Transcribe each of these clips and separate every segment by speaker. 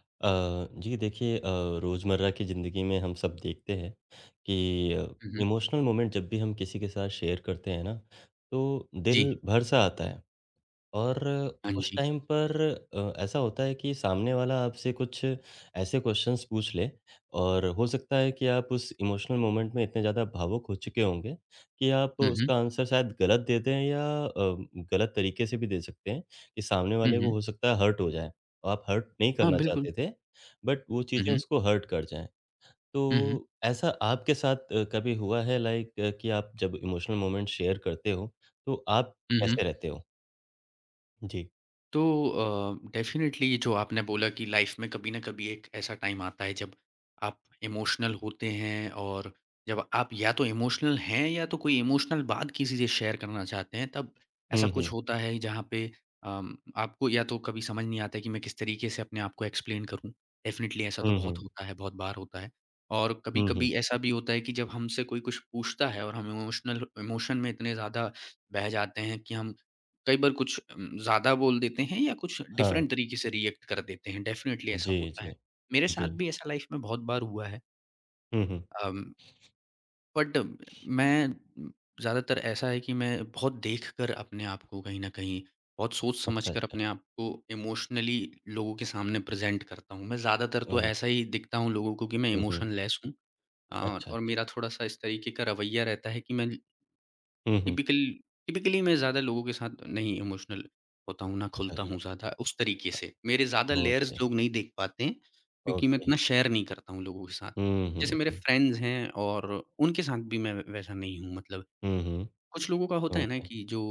Speaker 1: जी देखिए रोज़मर्रा की ज़िंदगी में हम सब देखते हैं कि
Speaker 2: हुँ, हुँ।
Speaker 1: इमोशनल मोमेंट जब भी हम किसी के साथ शेयर करते हैं ना, तो
Speaker 2: जी।
Speaker 1: दिल भर सा आता है और
Speaker 2: हाँ
Speaker 1: उस
Speaker 2: जी।
Speaker 1: टाइम पर ऐसा होता है कि सामने वाला आपसे कुछ ऐसे क्वेश्चंस पूछ ले और हो सकता है कि आप उस इमोशनल मोमेंट में इतने ज़्यादा भावुक हो चुके होंगे कि आप
Speaker 2: हुँ, हुँ।
Speaker 1: उसका आंसर शायद गलत दे दें या गलत तरीके से भी दे सकते हैं कि सामने
Speaker 2: हुँ,
Speaker 1: वाले
Speaker 2: हुँ।
Speaker 1: को हो सकता है हर्ट हो जाए। और आप हर्ट नहीं
Speaker 2: हाँ,
Speaker 1: करना
Speaker 2: बिल्कुल।
Speaker 1: चाहते थे, बट वो
Speaker 2: हुँ,
Speaker 1: चीज़ें
Speaker 2: हुँ।
Speaker 1: उसको हर्ट कर जाएँ। तो
Speaker 2: हुँ, हुँ।
Speaker 1: ऐसा आपके साथ कभी हुआ है लाइक कि आप जब इमोशनल मोमेंट शेयर करते हो, तो आप
Speaker 2: हुँ, हुँ।
Speaker 1: कैसे रहते हो? जी।
Speaker 2: तो डेफ़िनेटली जो आपने बोला कि लाइफ़ में कभी न कभी एक ऐसा टाइम आता है जब आप इमोशनल होते हैं और जब आप या तो इमोशनल हैं या तो कोई इमोशनल बात किसी से शेयर करना चाहते हैं, तब ऐसा
Speaker 1: हुँ,
Speaker 2: कुछ
Speaker 1: हुँ।
Speaker 2: होता है जहाँ पे आपको या तो कभी समझ नहीं आता है कि मैं किस तरीके से अपने आप को एक्सप्लेन करूँ। डेफ़िनेटली ऐसा तो
Speaker 1: हुँ,
Speaker 2: बहुत
Speaker 1: हुँ।
Speaker 2: होता है, बहुत बार होता है। और
Speaker 1: हुँ, हुँ।
Speaker 2: कभी-कभी ऐसा भी होता है कि जब हमसे कोई कुछ पूछता है और हम इमोशनल इमोशन में इतने ज़्यादा बह जाते हैं कि हम कई बार कुछ ज़्यादा बोल देते हैं या कुछ
Speaker 1: हाँ।
Speaker 2: डिफरेंट तरीके से रिएक्ट कर देते हैं, डेफ़िनेटली ऐसा
Speaker 1: जी,
Speaker 2: होता है।
Speaker 1: जी।
Speaker 2: मेरे
Speaker 1: जी।
Speaker 2: साथ भी ऐसा लाइफ़ में बहुत बार हुआ है
Speaker 1: हुँ, हुँ।
Speaker 2: अम, बट मैं ज़्यादातर ऐसा है कि मैं बहुत देखकर अपने आप को कहीं न कहीं बहुत सोच-समझ
Speaker 1: अच्छा,
Speaker 2: कर
Speaker 1: अच्छा।
Speaker 2: अपने आप को इमोशनली लोगों के सामने प्रेज़ेंट करता हूँ। मैं ज़्यादातर
Speaker 1: हुँ,
Speaker 2: तो
Speaker 1: हुँ।
Speaker 2: ऐसा ही दिखता हूँ लोगों को कि मैं
Speaker 1: हुँ, हुँ।
Speaker 2: इमोशनलेस हूँ और
Speaker 1: अच्छा,
Speaker 2: और
Speaker 1: अच्छा।
Speaker 2: मेरा थोड़ा-सा इस तरीके का रवैया रहता है कि मैं
Speaker 1: हुँ, हुँ।
Speaker 2: टिपिकल टिपिकली मैं ज़्यादा लोगों के साथ नहीं इमोशनल होता हूँ, ना
Speaker 1: अच्छा,
Speaker 2: खुलता
Speaker 1: अच्छा।
Speaker 2: हूँ ज़्यादा उस तरीके
Speaker 1: अ,
Speaker 2: से। मेरे ज़्यादा लेयर्स
Speaker 1: ओके,
Speaker 2: लोग नहीं देख पाते हैं, क्योंकि मैं
Speaker 1: ओके।
Speaker 2: इतना शेयर नहीं करता हूँ लोगों के साथ।
Speaker 1: हुँ, हुँ,
Speaker 2: जैसे मेरे
Speaker 1: हुँ।
Speaker 2: फ्रेंड्स हैं और उनके साथ भी मैं वैसा नहीं हूँ मतलब
Speaker 1: हुँ, हुँ।
Speaker 2: कुछ लोगों का होता है ना
Speaker 1: ओके।
Speaker 2: कि जो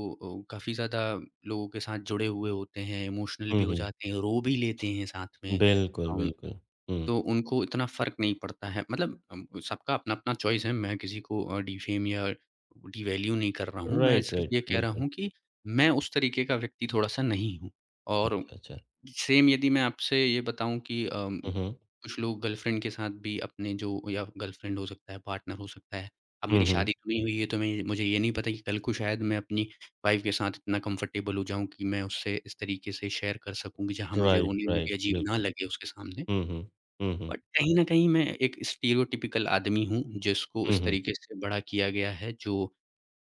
Speaker 2: काफ़ी ज़्यादा लोगों के साथ जुड़े हुए होते हैं, इमोशनल
Speaker 1: हुँ,
Speaker 2: भी हो
Speaker 1: हुँ।
Speaker 2: जाते हैं, रो भी लेते हैं साथ में।
Speaker 1: बिल्कुल, बिल्कुल। हुँ।
Speaker 2: तो उनको इतना फ़र्क नहीं पड़ता है मतलब सबका अपना-अपना चॉइस है, मैं किसी को डिफ़ेम या डिवैल्यू नहीं कर रहा हूँ, मैं
Speaker 1: राइट,
Speaker 2: सिर्फ़
Speaker 1: राइट।
Speaker 2: ये कह रहा
Speaker 1: बिल्कुल।
Speaker 2: हूँ कि मैं उस तरीके का व्यक्ति थोड़ा-सा नहीं हूँ। और
Speaker 1: अच्छा, अच्छा।
Speaker 2: सेम यदि मैं आपसे ये बताऊँ कि
Speaker 1: हुँ, हुँ।
Speaker 2: कुछ लोग गर्लफ्रेंड के साथ भी अपने जो या गर्लफ्रेंड हो सकता है, पार्टनर हो सकता है, अब
Speaker 1: हुँ,
Speaker 2: मेरी
Speaker 1: हुँ।
Speaker 2: शादी तो नहीं हुई है, तो मैं मुझे ये नहीं पता कि कल को शायद मैं अपनी वाइफ़ के साथ इतना कम्फ़र्टेबल हो जाऊँ कि मैं उससे इस तरीके से शेयर कर सकूँ कि जहाँ मुझे
Speaker 1: राइट,
Speaker 2: रोने में भी
Speaker 1: राइट।
Speaker 2: अजीब ना
Speaker 1: बिल्कुल।
Speaker 2: लगे उसके सामने।
Speaker 1: हुँ, हुँ। हुँ, हुँ।
Speaker 2: बट कहीं न कहीं मैं एक स्टीरियोटिपिकल आदमी हूँ, जिसको
Speaker 1: हुँ,
Speaker 2: इस
Speaker 1: हुँ।
Speaker 2: तरीके से बड़ा किया गया है जो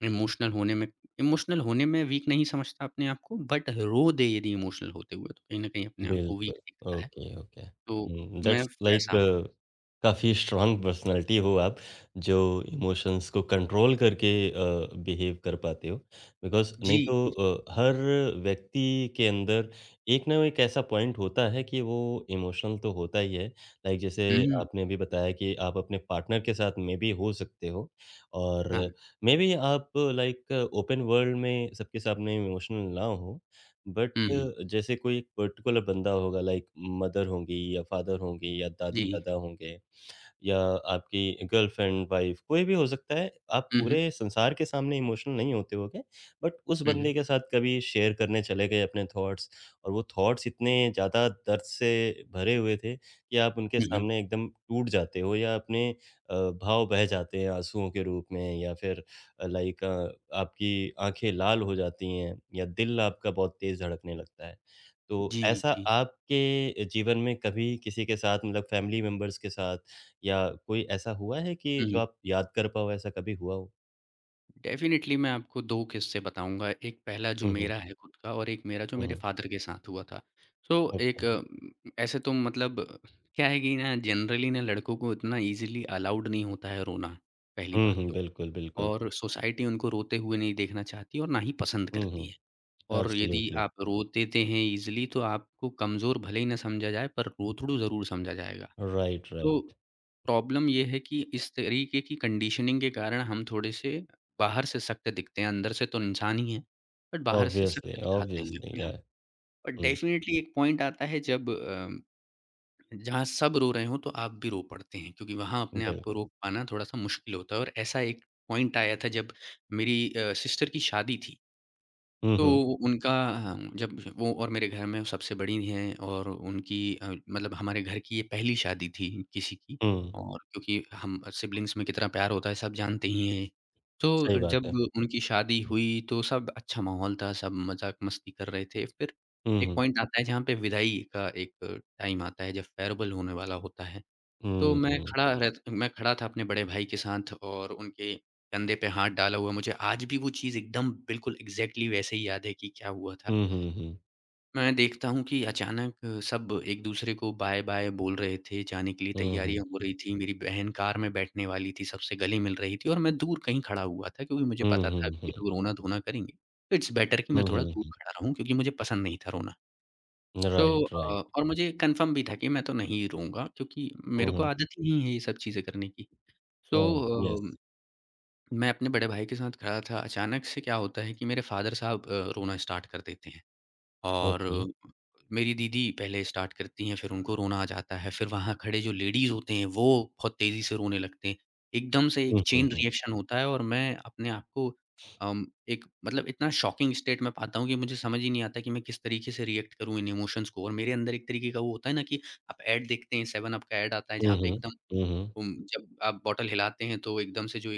Speaker 2: इमोशनल होने में इमोशनल होने में वीक नहीं समझता अपने आप को बट रो दे यदि इमोशनल होते हुए तो कहीं न कहीं अपने आप को
Speaker 1: बिल्कुल,
Speaker 2: वीक दिखता है।
Speaker 1: Okay, okay.
Speaker 2: तो
Speaker 1: हुँ,
Speaker 2: मैं
Speaker 1: दैट्स लाइक
Speaker 2: वैसा हूँ।
Speaker 1: काफ़ी स्ट्रॉन्ग पर्सनैलिटी हो आप, जो इमोशंस को कंट्रोल करके बिहेव कर पाते हो। बिकॉज़ नहीं
Speaker 2: जी।
Speaker 1: तो हर व्यक्ति के अंदर एक ना एक ऐसा पॉइंट होता है कि वो इमोशनल तो होता ही है। लाइक जैसे
Speaker 2: हुँ,
Speaker 1: आपने अभी बताया कि आप अपने पार्टनर के साथ मेबी हो सकते हो और
Speaker 2: हाँ।
Speaker 1: मेबी आप लाइक ओपन वर्ल्ड में सबके सामने इमोशनल ना हो। बट
Speaker 2: हुँ, हुँ।
Speaker 1: जैसे कोई एक पर्टिकुलर बंदा होगा लाइक मदर होंगी या फादर होंगे या
Speaker 2: जी।
Speaker 1: दादी-दादा होंगे या आपकी गर्लफ्रेंड, वाइफ कोई भी हो सकता है, आप
Speaker 2: हुँ, हुँ।
Speaker 1: पूरे संसार के सामने इमोशनल नहीं होते होगे, बट उस
Speaker 2: हुँ, हुँ।
Speaker 1: बंदे के साथ कभी शेयर करने चले गए अपने थॉट्स और वो थॉट्स इतने ज़्यादा दर्द से भरे हुए थे कि आप उनके
Speaker 2: हुँ, हुँ।
Speaker 1: सामने एकदम टूट जाते हो या अपने अ, भाव बह जाते हैं आँसुओं के रूप में या फिर लाइक आपकी आँखें लाल हो जाती हैं या दिल आपका बहुत तेज़ धड़कने लगता है। तो
Speaker 2: जी,
Speaker 1: ऐसा
Speaker 2: जी।
Speaker 1: आपके जीवन में कभी किसी के साथ मतलब फैमिली मेंबर्स के साथ या कोई ऐसा हुआ है कि
Speaker 2: हुँ,
Speaker 1: जो
Speaker 2: हुँ।
Speaker 1: आप याद कर पाओ, ऐसा कभी हुआ हो?
Speaker 2: डेफ़िनिटली मैं आपको 2 किस्से बताऊँगा। एक पहला जो
Speaker 1: हुँ, हुँ।
Speaker 2: मेरा है खुद का और एक मेरा जो
Speaker 1: हुँ,
Speaker 2: मेरे
Speaker 1: हुँ।
Speaker 2: फ़ादर के साथ हुआ था। So
Speaker 1: okay.
Speaker 2: एक ऐसे तो मतलब क्या है कि ना जनरली ना लड़कों को इतना ईज़िली अलाउड नहीं होता है रोना, पहली
Speaker 1: हुँ,
Speaker 2: बात
Speaker 1: हुँ।
Speaker 2: तो।
Speaker 1: बिल्कुल, बिल्कुल।
Speaker 2: और सोसाइटी उनको रोते हुए नहीं देखना चाहती और ना ही पसंद
Speaker 1: हुँ,
Speaker 2: करती
Speaker 1: हुँ।
Speaker 2: है। और यदि
Speaker 1: एब्सोल्युटली।
Speaker 2: आप रो देते हैं ईज़िली तो आपको कमज़ोर भले ही ना समझा जाए पर रोतड़ू ज़रूर समझा जाएगा।
Speaker 1: राइट,
Speaker 2: तो
Speaker 1: राइट।
Speaker 2: प्रॉब्लम ये है कि इस तरीके की कंडीशनिंग के कारण हम थोड़े-से बाहर से सख्त दिखते हैं, अंदर से तो इंसान ही हैं, बट बाहर से
Speaker 1: ऑब्वियसली,
Speaker 2: सख्त दिखाते हैं
Speaker 1: ऑब्वियसली।
Speaker 2: अपने
Speaker 1: या
Speaker 2: आप। और
Speaker 1: हुँ,
Speaker 2: डेफ़िनेटली एक पॉइंट आता है जब जहाँ सब रो रहे हों तो आप भी रो पड़ते हैं क्योंकि वहाँ अपने आप
Speaker 1: बिल्कुल।
Speaker 2: को रोक पाना थोड़ा-सा मुश्किल होता है और ऐसा एक पॉइंट आया था जब मेरी सिस्टर की शादी थी।
Speaker 1: हुँ,
Speaker 2: तो
Speaker 1: हुँ।
Speaker 2: उनका हाँ, जब वो और मेरे घर में सबसे बड़ी हैं और उनकी मतलब हमारे घर की ये पहली शादी थी किसी की
Speaker 1: हुँ,
Speaker 2: और क्योंकि हम सिब्लिंग्स में कितना प्यार होता है सब जानते ही हैं।
Speaker 1: सही
Speaker 2: तो
Speaker 1: बात
Speaker 2: जब
Speaker 1: है।
Speaker 2: उनकी शादी हुई तो सब अच्छा माहौल था, सब मज़ाक मस्ती कर रहे थे। फिर
Speaker 1: हुँ,
Speaker 2: एक
Speaker 1: हुँ।
Speaker 2: पॉइंट आता है जहाँ पे विदाई का एक टाइम आता है जब फेयरवेल होने वाला होता है। तो
Speaker 1: हुँ, हुँ।
Speaker 2: मैं खड़ा था अपने बड़े भाई के साथ और उनके कंधे पे हाथ डाला हुआ, मुझे आज भी वो चीज़ एकदम बिल्कुल एग्ज़ैक्टली वैसे ही याद है कि क्या हुआ था।
Speaker 1: हुँ, हुँ, हुँ।
Speaker 2: मैं देखता हूँ कि अचानक सब एक-दूसरे को बाय-बाय बोल रहे थे, जाने के लिए
Speaker 1: हुँ,
Speaker 2: तैयारियाँ हो
Speaker 1: हुँ।
Speaker 2: रही थीं, मेरी बहन कार में बैठने वाली थी, सबसे गले मिल रही थी और मैं दूर कहीं खड़ा हुआ था क्योंकि मुझे
Speaker 1: हुँ,
Speaker 2: पता
Speaker 1: हुँ,
Speaker 2: था कि ये
Speaker 1: हुँ।
Speaker 2: लोग रोना-धोना करेंगे। तो इट्स बेटर कि
Speaker 1: हुँ,
Speaker 2: मैं थोड़ा दूर
Speaker 1: हुँ।
Speaker 2: खड़ा रहूँ क्योंकि मुझे पसंद नहीं था रोना। So
Speaker 1: right, right.
Speaker 2: और मुझे कन्फर्म भी था कि मैं तो नहीं रोऊँगा क्योंकि
Speaker 1: हुँ,
Speaker 2: मेरे को
Speaker 1: हुँ।
Speaker 2: आदत ही नहीं है ये सब चीज़ें करने की।
Speaker 1: ओह!
Speaker 2: So uh,
Speaker 1: yes.
Speaker 2: मैं अपने बड़े भाई के साथ खड़ा था। अचानक से क्या होता है कि मेरे फ़ादर साहब रोना स्टार्ट कर देते हैं और
Speaker 1: ओके।
Speaker 2: मेरी दीदी पहले स्टार्ट करती हैं, फिर उनको रोना आ जाता है। फिर वहाँ खड़े जो लेडीज़ होते हैं, वो बहुत तेज़ी से रोने लगते हैं। एकदम से एक
Speaker 1: हुँ, हुँ,
Speaker 2: चेन
Speaker 1: हुँ।
Speaker 2: रिएक्शन होता है और मैं अपने आप को एक मतलब इतना शॉकिंग स्टेट में पाता हूँ कि मुझे समझ ही नहीं आता कि मैं किस तरीके से रिएक्ट करूँ इन इमोशंस को और मेरे अंदर एक तरीके का वो होता है ना कि आप ऐड देखते हैं, 7 अप का ऐड आता है,
Speaker 1: हुँ,
Speaker 2: जहाँ पे
Speaker 1: हुँ।
Speaker 2: एकदम
Speaker 1: हुँ, हुँ।
Speaker 2: जब आप बॉटल हिलाते हैं, तो एकदम से जो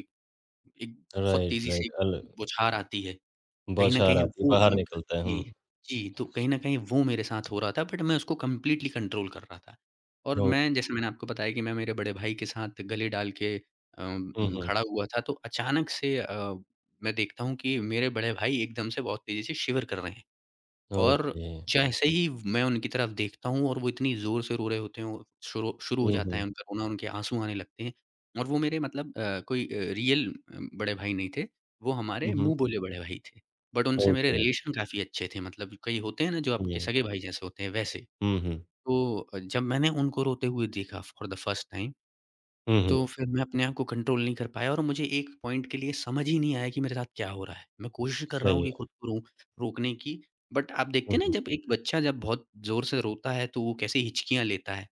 Speaker 2: एक बहुत
Speaker 1: राइट,
Speaker 2: तेज़ी
Speaker 1: राइट।
Speaker 2: से
Speaker 1: अल
Speaker 2: बौछार आती है। कहीं न
Speaker 1: बौछार
Speaker 2: कहीं
Speaker 1: आती है,
Speaker 2: वो
Speaker 1: बाहर निकलता है।
Speaker 2: जी,
Speaker 1: हुँ।
Speaker 2: जी, तो कहीं न कहीं वो मेरे साथ हो रहा था बट मैं उसको कंप्लीटली कंट्रोल कर रहा था। और
Speaker 1: ओ
Speaker 2: मैं जैसे मैंने आपको बताया कि मैं मेरे बड़े भाई के साथ गले डाल के
Speaker 1: हुँ, हुँ।
Speaker 2: खड़ा हुआ था तो अचानक से मैं देखता हूँ कि मेरे बड़े भाई एकदम से बहुत तेज़ी से शिवर कर रहे हैं। और
Speaker 1: ओके।
Speaker 2: जैसे ही मैं उनकी तरफ देखता हूँ और वो इतनी ज़ोर से रो रहे होते हैं, वो शुरू शुरू हो
Speaker 1: हुँ,
Speaker 2: जाता है
Speaker 1: हुँ।
Speaker 2: उनका रोना, उनके आँसू आने लगते हैं और वो मेरे मतलब कोई रियल बड़े भाई नहीं थे, वो हमारे
Speaker 1: हुँ, हुँ।
Speaker 2: मुँह बोले बड़े भाई थे। बट उनसे मेरे
Speaker 1: ओके।
Speaker 2: रिलेशन काफ़ी अच्छे थे, मतलब कई होते हैं ना जो आपके
Speaker 1: हुँ,
Speaker 2: सगे भाई जैसे होते हैं, वैसे।
Speaker 1: हुँ, हुँ।
Speaker 2: तो जब मैंने उनको रोते हुए देखा फॉर द फर्स्ट टाइम
Speaker 1: हुँ,
Speaker 2: तो
Speaker 1: हुँ।
Speaker 2: फिर मैं अपने आप को कंट्रोल नहीं कर पाया और मुझे एक पॉइंट के लिए समझ ही नहीं आया कि मेरे साथ क्या हो रहा है। मैं कोशिश कर रहा हूँ
Speaker 1: सही
Speaker 2: कि
Speaker 1: है।
Speaker 2: खुद को रो रोकने की, बट आप देखते
Speaker 1: हुँ,
Speaker 2: हैं ना
Speaker 1: हुँ।
Speaker 2: जब एक बच्चा जब बहुत ज़ोर से रोता है तो वो कैसे हिचकियाँ लेता है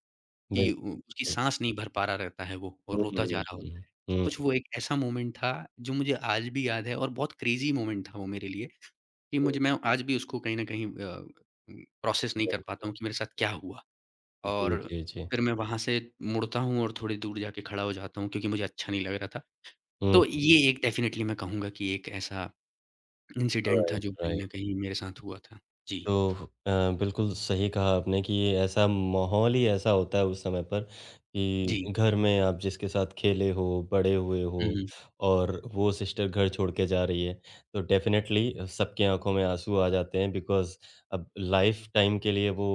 Speaker 2: कि
Speaker 1: बिल्कुल।
Speaker 2: उ उसकी साँस नहीं भर पा रहा रहता है वो और
Speaker 1: हुँ, हुँ,
Speaker 2: रोता जा
Speaker 1: हुँ,
Speaker 2: रहा होता है। तो
Speaker 1: हुँ,
Speaker 2: कुछ
Speaker 1: हुँ,
Speaker 2: वो एक ऐसा मोमेंट था जो मुझे आज भी याद है और बहुत क्रेज़ी मोमेंट था वो मेरे लिए कि
Speaker 1: हुँ,
Speaker 2: मुझे मैं आज भी उसको कहीं न कहीं प्रोसेस नहीं कर
Speaker 1: हुँ,
Speaker 2: पाता हूँ कि मेरे साथ क्या हुआ।
Speaker 1: जी,
Speaker 2: और
Speaker 1: जी, जी।
Speaker 2: फिर मैं वहाँ से मुड़ता हूँ और थोड़ी दूर जाके खड़ा हो जाता हूँ क्योंकि मुझे अच्छा नहीं लग रहा था।
Speaker 1: हुँ,
Speaker 2: तो ये एक डेफ़िनिटली मैं कहूँगा कि एक ऐसा इंसिडेंट था
Speaker 1: राइट,
Speaker 2: जो कहीं
Speaker 1: राइट।
Speaker 2: न कहीं मेरे साथ हुआ था। जी,
Speaker 1: तो अ, बिल्कुल सही कहा आपने कि ये ऐसा माहौल ही ऐसा होता है उस समय पर
Speaker 2: जी।
Speaker 1: कि घर में आप जिसके साथ खेले हो, बड़े हुए हो
Speaker 2: हुँ, हुँ।
Speaker 1: और वो सिस्टर घर छोड़ के जा रही है, तो डेफ़िनेटली सबकी आँखों में आँसू आ जाते हैं बिकॉज़ अब लाइफ़ टाइम के लिए वो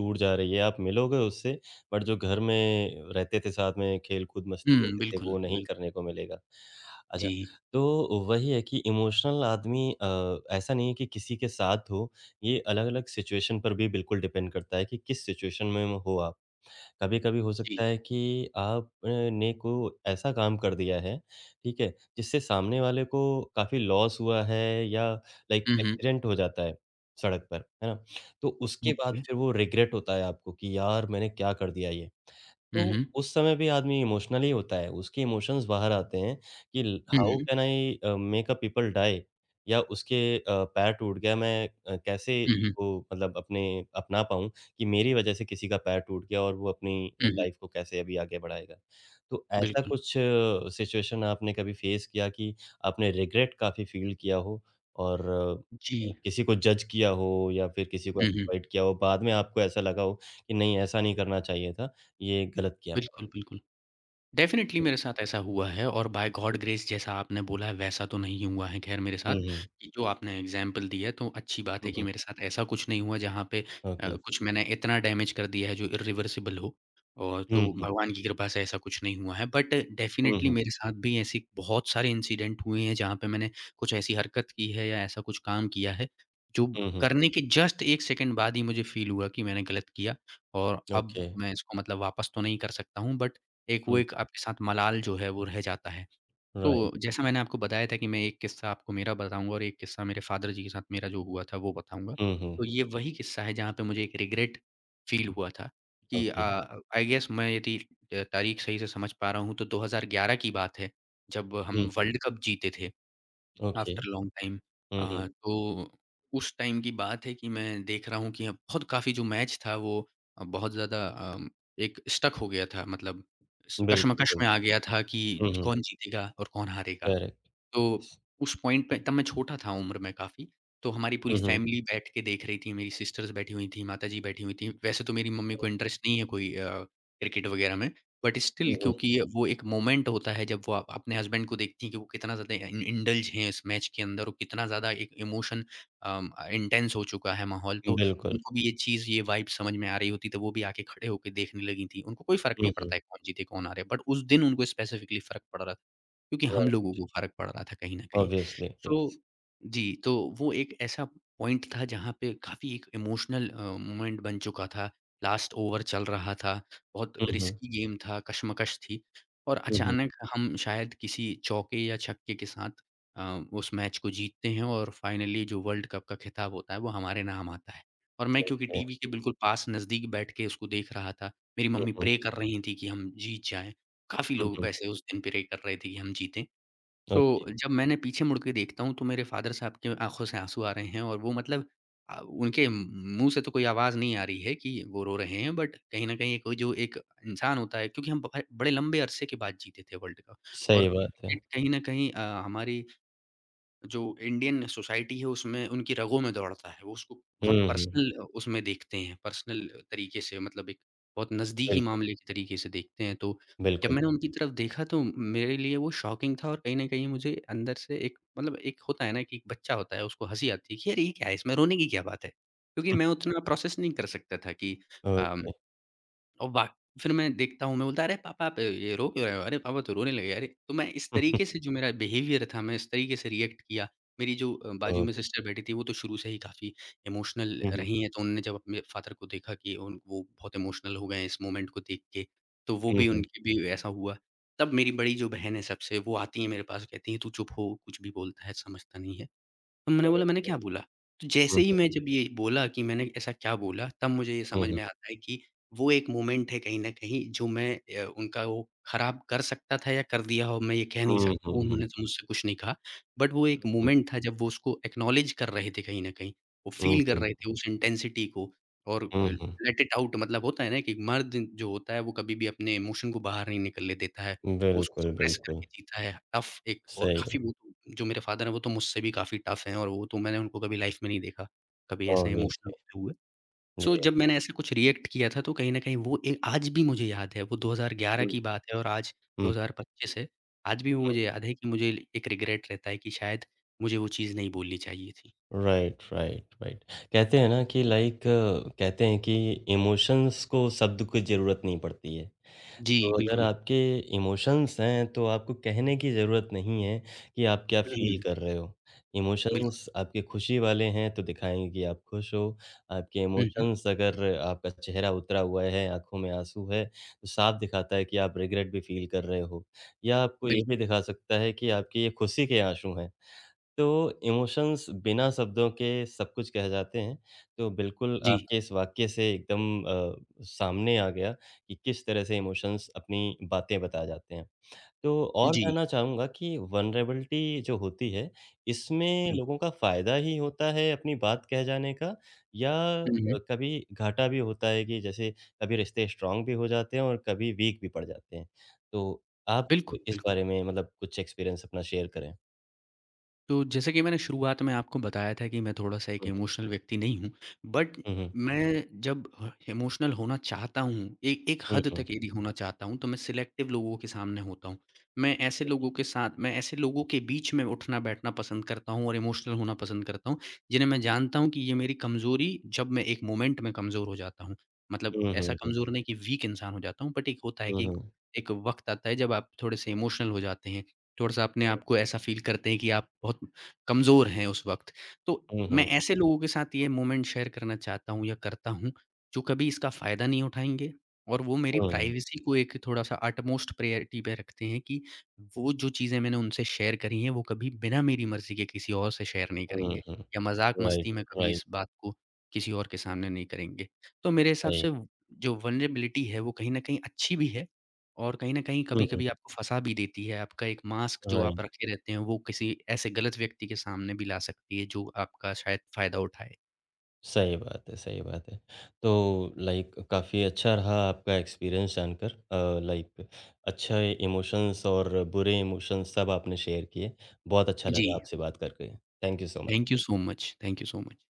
Speaker 1: दूर जा रही है, आप मिलोगे उससे बट जो घर में रहते थे साथ में खेल-कूद मस्ती
Speaker 2: हुँ,
Speaker 1: करते थे,
Speaker 2: बिल्कुल,
Speaker 1: वो नहीं
Speaker 2: बिल्कुल।
Speaker 1: करने को मिलेगा। अच्छा,
Speaker 2: जी,
Speaker 1: तो वही है कि इमोशनल आदमी ऐसा नहीं है कि किसी के साथ हो ये अलग-अलग सिचुएशन पर भी बिल्कुल डिपेंड करता है कि किस सिचुएशन में हो आप। कभी-कभी हो
Speaker 2: जी।
Speaker 1: सकता है कि आप ने को ऐसा काम कर दिया है, ठीक है? जिससे सामने वाले को काफ़ी लॉस हुआ है या लाइक
Speaker 2: हुँ, हुँ।
Speaker 1: एक्सीडेंट हो जाता है सड़क पर, है ना? तो उसके बाद
Speaker 2: ओके।
Speaker 1: फिर वो रिग्रेट होता है आपको कि यार मैंने क्या कर दिया ये?
Speaker 2: हुँ,
Speaker 1: तो
Speaker 2: हुँ।
Speaker 1: उस समय भी आदमी इमोशनली होता है, उसके इमोशंस बाहर आते हैं कि ल
Speaker 2: हुँ,
Speaker 1: how
Speaker 2: hmm.
Speaker 1: Can I make a people die या उसके पैर टूट गया मैं कैसे
Speaker 2: हुँ, हुँ।
Speaker 1: इसको मतलब अपने अपना पाऊँ? कि मेरी वजह से किसी का पैर टूट गया और वो अपनी
Speaker 2: हुँ, हुँ।
Speaker 1: लाइफ को कैसे अभी आगे बढ़ाएगा। तो ऐसा
Speaker 2: बिल्कुल।
Speaker 1: कुछ सिचुएशन आपने कभी फेस किया कि आपने रिग्रेट काफ़ी फ़ील किया हो और
Speaker 2: जी।
Speaker 1: किसी को जज किया हो या फिर किसी को
Speaker 2: हुँ, हुँ।
Speaker 1: एक्सप्लॉइट किया हो, बाद में आपको ऐसा लगा हो कि नहीं ऐसा नहीं करना चाहिए था, ये गलत किया मैंने?
Speaker 2: बिल्कुल, बिल्कुल। डेफ़िनेटली
Speaker 1: हुँ,
Speaker 2: मेरे साथ ऐसा हुआ है और बाय गॉड
Speaker 1: ठीक है।
Speaker 2: ग्रेस जैसा आपने बोला है वैसा तो नहीं हुआ है ख़ैर मेरे साथ,
Speaker 1: हुँ, हुँ,
Speaker 2: कि जो आपने एग्ज़ाम्पल दिया है तो अच्छी बात है
Speaker 1: हुँ,
Speaker 2: कि
Speaker 1: हुँ,
Speaker 2: मेरे साथ ऐसा कुछ नहीं हुआ जहाँ पे
Speaker 1: ओके।
Speaker 2: कुछ मैंने इतना डैमेज कर दिया है जो इरिवर्सिबल हो और तो
Speaker 1: हुँ, हुँ,
Speaker 2: भगवान की कृपा से ऐसा कुछ नहीं हुआ है। बट
Speaker 1: हुँ,
Speaker 2: डेफ़िनेटली
Speaker 1: हुँ,
Speaker 2: मेरे साथ भी ऐसी बहुत सारे इंसिडेंट हुए हैं जहाँ पे मैंने कुछ ऐसी हरकत की है या ऐसा कुछ काम किया है, जो
Speaker 1: हुँ, हुँ,
Speaker 2: करने के जस्ट 1 सेकंड बाद ही मुझे फ़ील हुआ कि मैंने गलत किया और अब
Speaker 1: ओके,
Speaker 2: मैं इसको मतलब वापस तो नहीं कर सकता हूँ बट एक वो
Speaker 1: हुँ,
Speaker 2: एक आपके साथ मलाल जो है वो रह जाता है। तो
Speaker 1: राइट,
Speaker 2: जैसा मैंने आपको बताया था कि मैं एक किस्सा आपको मेरा बताऊँगा और एक किस्सा मेरे फ़ादर जी के साथ मेरा जो हुआ था वो बताऊँगा।
Speaker 1: हुँ, हुँ,
Speaker 2: तो ये वही किस्सा है जहाँ पे मुझे एक रिग्रेट फ़ील हुआ था कि
Speaker 1: ओके,
Speaker 2: आई गेस मैं यदि तारीख सही से समझ पा रहा हूँ तो 2011 की बात है, जब हम
Speaker 1: हुँ,
Speaker 2: वर्ल्ड कप जीते थे।
Speaker 1: ओके,
Speaker 2: आफ्टर लॉन्ग टाइम
Speaker 1: हुँ, हुँ,
Speaker 2: तो उस टाइम की बात है कि मैं देख रहा हूँ कि अब बहुत काफ़ी जो मैच था वो बहुत ज़्यादा एक स्टक हो गया था मतलब स
Speaker 1: बिल्कुल,
Speaker 2: कशमकश में आ
Speaker 1: बिल्कुल।
Speaker 2: गया था कि
Speaker 1: हुँ, हुँ,
Speaker 2: कौन जीतेगा और कौन हारेगा।
Speaker 1: करेक्ट,
Speaker 2: तो
Speaker 1: यस।
Speaker 2: उस पॉइंट पे तब मैं छोटा था उम्र में काफ़ी, तो हमारी पूरी
Speaker 1: हुँ, हुँ।
Speaker 2: फैमिली बैठ के देख रही थी, मेरी सिस्टर्स बैठी हुई थी, माताजी बैठी हुई थीं। वैसे तो मेरी मम्मी को इंटरेस्ट नहीं है कोई क्रिकेट वगैरह में, बट स्टिल
Speaker 1: हुँ, हुँ,
Speaker 2: क्योंकि वो एक मोमेंट होता है जब वो अपने हस्बैंड को देखती हैं कि वो कितना ज़्यादा इन इंडल्ज हैं इस मैच के अंदर और कितना ज़्यादा एक इमोशन इंटेंस हो चुका है माहौल, तो
Speaker 1: हुँ। बिल्कुल।
Speaker 2: उनको भी ये चीज़, ये वाइब समझ में आ रही होती, तो वो भी आके खड़े होके देखने लगी थीं। उनको कोई फ़र्क
Speaker 1: हुँ,
Speaker 2: नहीं पड़ता
Speaker 1: हुँ।
Speaker 2: है कौन जीते, कौन हारे, बट उस दिन उनको स्पेसिफ़िकली फ़र्क पड़ रहा था। क्योंकि हम
Speaker 1: राइट,
Speaker 2: लोगों को फ़र्क पड़ रहा था कहीं न कहीं।
Speaker 1: Obviously,
Speaker 2: so
Speaker 1: yes.
Speaker 2: जी, तो वो एक ऐसा पॉइंट था जहाँ पे काफ़ी एक इमोशनल मोमेंट बन चुका था। लास्ट ओवर चल रहा था, बहुत
Speaker 1: हुँ, हुँ।
Speaker 2: रिस्की गेम था, कशमकश थी और
Speaker 1: हुँ, हुँ।
Speaker 2: अचानक हम शायद किसी चौके या छक्के के साथ अ, उस मैच को जीतते हैं और फाइनली जो वर्ल्ड कप का खिताब होता है वो हमारे नाम आता है। और मैं क्योंकि
Speaker 1: है।
Speaker 2: टीवी के बिल्कुल पास नज़दीक बैठ के उसको देख रहा था, मेरी
Speaker 1: हुँ,
Speaker 2: मम्मी
Speaker 1: हुँ।
Speaker 2: प्रे कर रही थी कि हम जीत जाएँ। काफ़ी
Speaker 1: हुँ,
Speaker 2: लोग
Speaker 1: हुँ।
Speaker 2: वैसे उस दिन प्रे कर रहे थे कि हम जीतें। तो
Speaker 1: ओके,
Speaker 2: जब मैंने पीछे मुड़ के देखता हूँ तो मेरे फ़ादर साहब की आँखों से आँसू आ रहे हैं और वो मतलब उनके मुँह से तो कोई आवाज़ नहीं आ रही है कि वो रो रहे हैं, बट कहीं न कहीं कोई जो एक इंसान होता है क्योंकि हम ब बड़े लंबे अरसे के बाद जीते थे वर्ल्ड कप। और
Speaker 1: सही बात है।
Speaker 2: क्रिकेट कहीं न कहीं हमारी जो इंडियन सोसाइटी है उसमें उनकी रगों में दौड़ता है, वो उसको बहुत
Speaker 1: हुँ, हुँ।
Speaker 2: पर्सनल उसमें देखते हैं, पर्सनल तरीके से मतलब एक बहुत नज़दीकी
Speaker 1: बिल्कुल,
Speaker 2: मामले के तरीके से देखते हैं। तो जब
Speaker 1: बिल्कुल।
Speaker 2: मैंने उनकी तरफ देखा तो मेरे लिए वो शॉकिंग था और कहीं न कहीं मुझे अंदर से एक मतलब एक होता है ना कि एक बच्चा होता है, उसको हँसी आती है कि अरे! ये क्या है, इसमें रोने की क्या बात है? क्योंकि मैं उतना प्रोसेस नहीं कर सकता था कि अम,
Speaker 1: ओके।
Speaker 2: और वाक फिर मैं देखता हूँ, मैं बोलता, अरे पापा आप ये रो क्यों रहे हो? अरे पापा तो रोने लगे अरे! तो मैं इस तरीके से जो मेरा बिहेवियर था, मैं इस तरीके से रिएक्ट किया। मेरी जो
Speaker 1: ओ
Speaker 2: बाजू में सिस्टर बैठी थी, वो तो शुरू से ही काफ़ी इमोशनल
Speaker 1: हुँ, हुँ।
Speaker 2: रही हैं, तो उन्होंने जब अपने फादर को देखा कि उन वो बहुत इमोशनल हो गए हैं इस मोमेंट को देख के, तो वो
Speaker 1: हुँ,
Speaker 2: भी,
Speaker 1: हुँ।
Speaker 2: उनकी भी ऐसा हुआ। तब मेरी बड़ी जो बहन है सबसे, वो आती है मेरे पास, कहती है, "तू चुप हो, कुछ भी बोलता है, समझता नहीं है।" तो मैंने
Speaker 1: हुँ,
Speaker 2: बोला, "मैंने
Speaker 1: हुँ।
Speaker 2: क्या बोला?" तो जैसे ही मैं जब ये बोला कि मैंने ऐसा क्या बोला, तब मुझे ये
Speaker 1: हुँ,
Speaker 2: समझ
Speaker 1: हुँ।
Speaker 2: में आता है कि वो एक मोमेंट है कहीं न कहीं जो मैं उनका वो खराब कर सकता था या कर दिया हो, मैं ये कह नहीं
Speaker 1: हुँ,
Speaker 2: सकता। वो
Speaker 1: हुँ, हुँ।
Speaker 2: उन्होंने तो मुझसे कुछ नहीं कहा, बट वो एक मोमेंट था जब वो उसको एक्नॉलेज कर रहे थे कहीं न कहीं। वो
Speaker 1: हुँ,
Speaker 2: फ़ील कर
Speaker 1: हुँ।
Speaker 2: रहे थे उस इंटेंसिटी को और
Speaker 1: हुँ, हुँ।
Speaker 2: Let it out. मतलब होता है ना कि मर्द जो होता है, वो कभी भी अपने इमोशन को बाहर नहीं निकलने देता है। वो उसको
Speaker 1: बिल्कुल,
Speaker 2: सप्रेस
Speaker 1: बिल्कुल,
Speaker 2: करके जीता है, टफ एक और
Speaker 1: सही है,
Speaker 2: काफ़ी वो तो जो मेरे फ़ादर हैं, वो तो मुझसे भी काफ़ी टफ हैं, और वो तो मैंने उनको कभी लाइफ़ में नहीं देखा, कभी ऐसे इमोशनल
Speaker 1: ऑब्वियसली।
Speaker 2: होते हुए। सो
Speaker 1: जी।
Speaker 2: जब मैंने ऐसे कुछ रिएक्ट किया था, तो कहीं न कहीं वो ए आज भी मुझे याद है, वो 2011
Speaker 1: हुँ,
Speaker 2: की बात है और आज
Speaker 1: हुँ,
Speaker 2: 2025 है। आज भी वो
Speaker 1: हुँ।
Speaker 2: मुझे याद है कि मुझे ल एक रिग्रेट रहता है कि शायद मुझे वो चीज़ नहीं बोलनी चाहिए थी।
Speaker 1: Right, right, right. कहते हैं ना कि लाइक कहते हैं कि इमोशंस को शब्द की ज़रूरत नहीं पड़ती है।
Speaker 2: जी,
Speaker 1: तो अगर
Speaker 2: बिल्कुल।
Speaker 1: आपके इमोशंस हैं, तो आपको कहने की ज़रूरत नहीं है कि आप क्या
Speaker 2: हुँ,
Speaker 1: फ़ील
Speaker 2: हुँ,
Speaker 1: कर रहे हो।
Speaker 2: बिल्कुल।
Speaker 1: इमोशंस आपके खुशी वाले हैं, तो दिखाएँगे कि आप खुश हो। आपके
Speaker 2: हुँ, हुँ,
Speaker 1: इमोशंस अगर आपका चेहरा उतरा हुआ है, आँखों में आँसू है, तो साफ दिखाता है कि आप रिग्रेट भी फ़ील कर रहे हो। या आपको ये भी
Speaker 2: बिल्कुल।
Speaker 1: दिखा सकता है कि आपकी ये खुशी के आँसू हैं। तो इमोशंस बिना शब्दों के सब कुछ कह जाते हैं। तो बिल्कुल
Speaker 2: जी,
Speaker 1: आपके इस वाक्य से एकदम सामने आ गया कि किस तरह से इमोशंस अपनी बातें बता जाते हैं। तो और
Speaker 2: जी,
Speaker 1: जानना चाहूँगा कि वल्नरेबिलिटी जो होती है, इसमें
Speaker 2: जी।
Speaker 1: लोगों का फ़ायदा ही होता है अपनी बात कह जाने का या
Speaker 2: हुँ, हुँ,
Speaker 1: कभी घाटा भी होता है कि जैसे कभी रिश्ते स्ट्रॉन्ग भी हो जाते हैं और कभी वीक भी पड़ जाते हैं? तो आप
Speaker 2: बिल्कुल,
Speaker 1: इस
Speaker 2: बिल्कुल।
Speaker 1: बारे में मतलब कुछ एक्सपीरियंस अपना शेयर करें?
Speaker 2: तो जैसे कि मैंने शुरुआत में आपको बताया था कि मैं थोड़ा-सा एक
Speaker 1: हुँ, हुँ।
Speaker 2: इमोशनल व्यक्ति नहीं हूँ, बट
Speaker 1: हुँ, हुँ।
Speaker 2: मैं जब ह इमोशनल होना चाहता हूँ, एक एक
Speaker 1: हुँ,
Speaker 2: हद तक
Speaker 1: हुँ।
Speaker 2: यदि होना चाहता हूँ, तो मैं सिलेक्टिव लोगों के सामने होता हूँ। मैं ऐसे लोगों के बीच में उठना-बैठना पसंद करता हूँ और इमोशनल होना पसंद करता हूँ, जिन्हें मैं जानता हूँ कि ये मेरी कमज़ोरी, जब मैं एक मोमेंट में कमज़ोर हो जाता हूँ। मतलब
Speaker 1: Mhm,
Speaker 2: ऐसा
Speaker 1: mhm,
Speaker 2: कमज़ोर नहीं कि वीक इंसान हो जाता हूँ, बट एक होता है कि एक
Speaker 1: mhm.
Speaker 2: एक वक़्त आता है जब आप थोड़े-से इमोशनल हो जाते हैं। थोड़ा-सा अपने आप को
Speaker 1: Okay.
Speaker 2: ऐसा फ़ील करते हैं कि आप बहुत कमज़ोर हैं उस वक़्त। तो मैं
Speaker 1: Mhm,
Speaker 2: ऐसे लोगों के साथ ये मोमेंट शेयर करना चाहता हूँ या करता हूँ, जो कभी इसका फ़ायदा नहीं उठाएँगे और वो मेरी प्राइवेसी को एक थोड़ा-सा अटमोस्ट प्रायोरिटी पे रखते हैं कि वो जो चीज़ें मैंने उनसे शेयर करी हैं, वो कभी बिना मेरी मर्ज़ी के किसी और से शेयर नहीं
Speaker 1: mhm,
Speaker 2: करेंगे
Speaker 1: mhm,
Speaker 2: या
Speaker 1: राइट,
Speaker 2: मज़ाक-मस्ती में कभी
Speaker 1: राइट,
Speaker 2: इस बात को किसी और के सामने नहीं करेंगे। तो मेरे हिसाब
Speaker 1: सही।
Speaker 2: से जो वल्नरेबिलिटी है, वो कहीं न कहीं अच्छी भी है। और कहीं न कहीं
Speaker 1: हुँ, हुँ,
Speaker 2: कभी-कभी आपको फँसा भी देती है, आपका एक मास्क जो आप
Speaker 1: राइट।
Speaker 2: रखे रहते हैं, वो किसी ऐसे गलत व्यक्ति के सामने भी ला सकती है, जो आपका शायद फ़ायदा उठाए।
Speaker 1: सही बात है, सही बात है। तो लाइक काफ़ी अच्छा रहा आपका एक्सपीरियंस जानकर लाइक अच्छे इमोशंस और बुरे इमोशंस सब आपने शेयर किए। बहुत अच्छा लगा
Speaker 2: जी,
Speaker 1: आपसे बात करके। Thank you so
Speaker 2: thank
Speaker 1: much.
Speaker 2: You so much, thank you so much.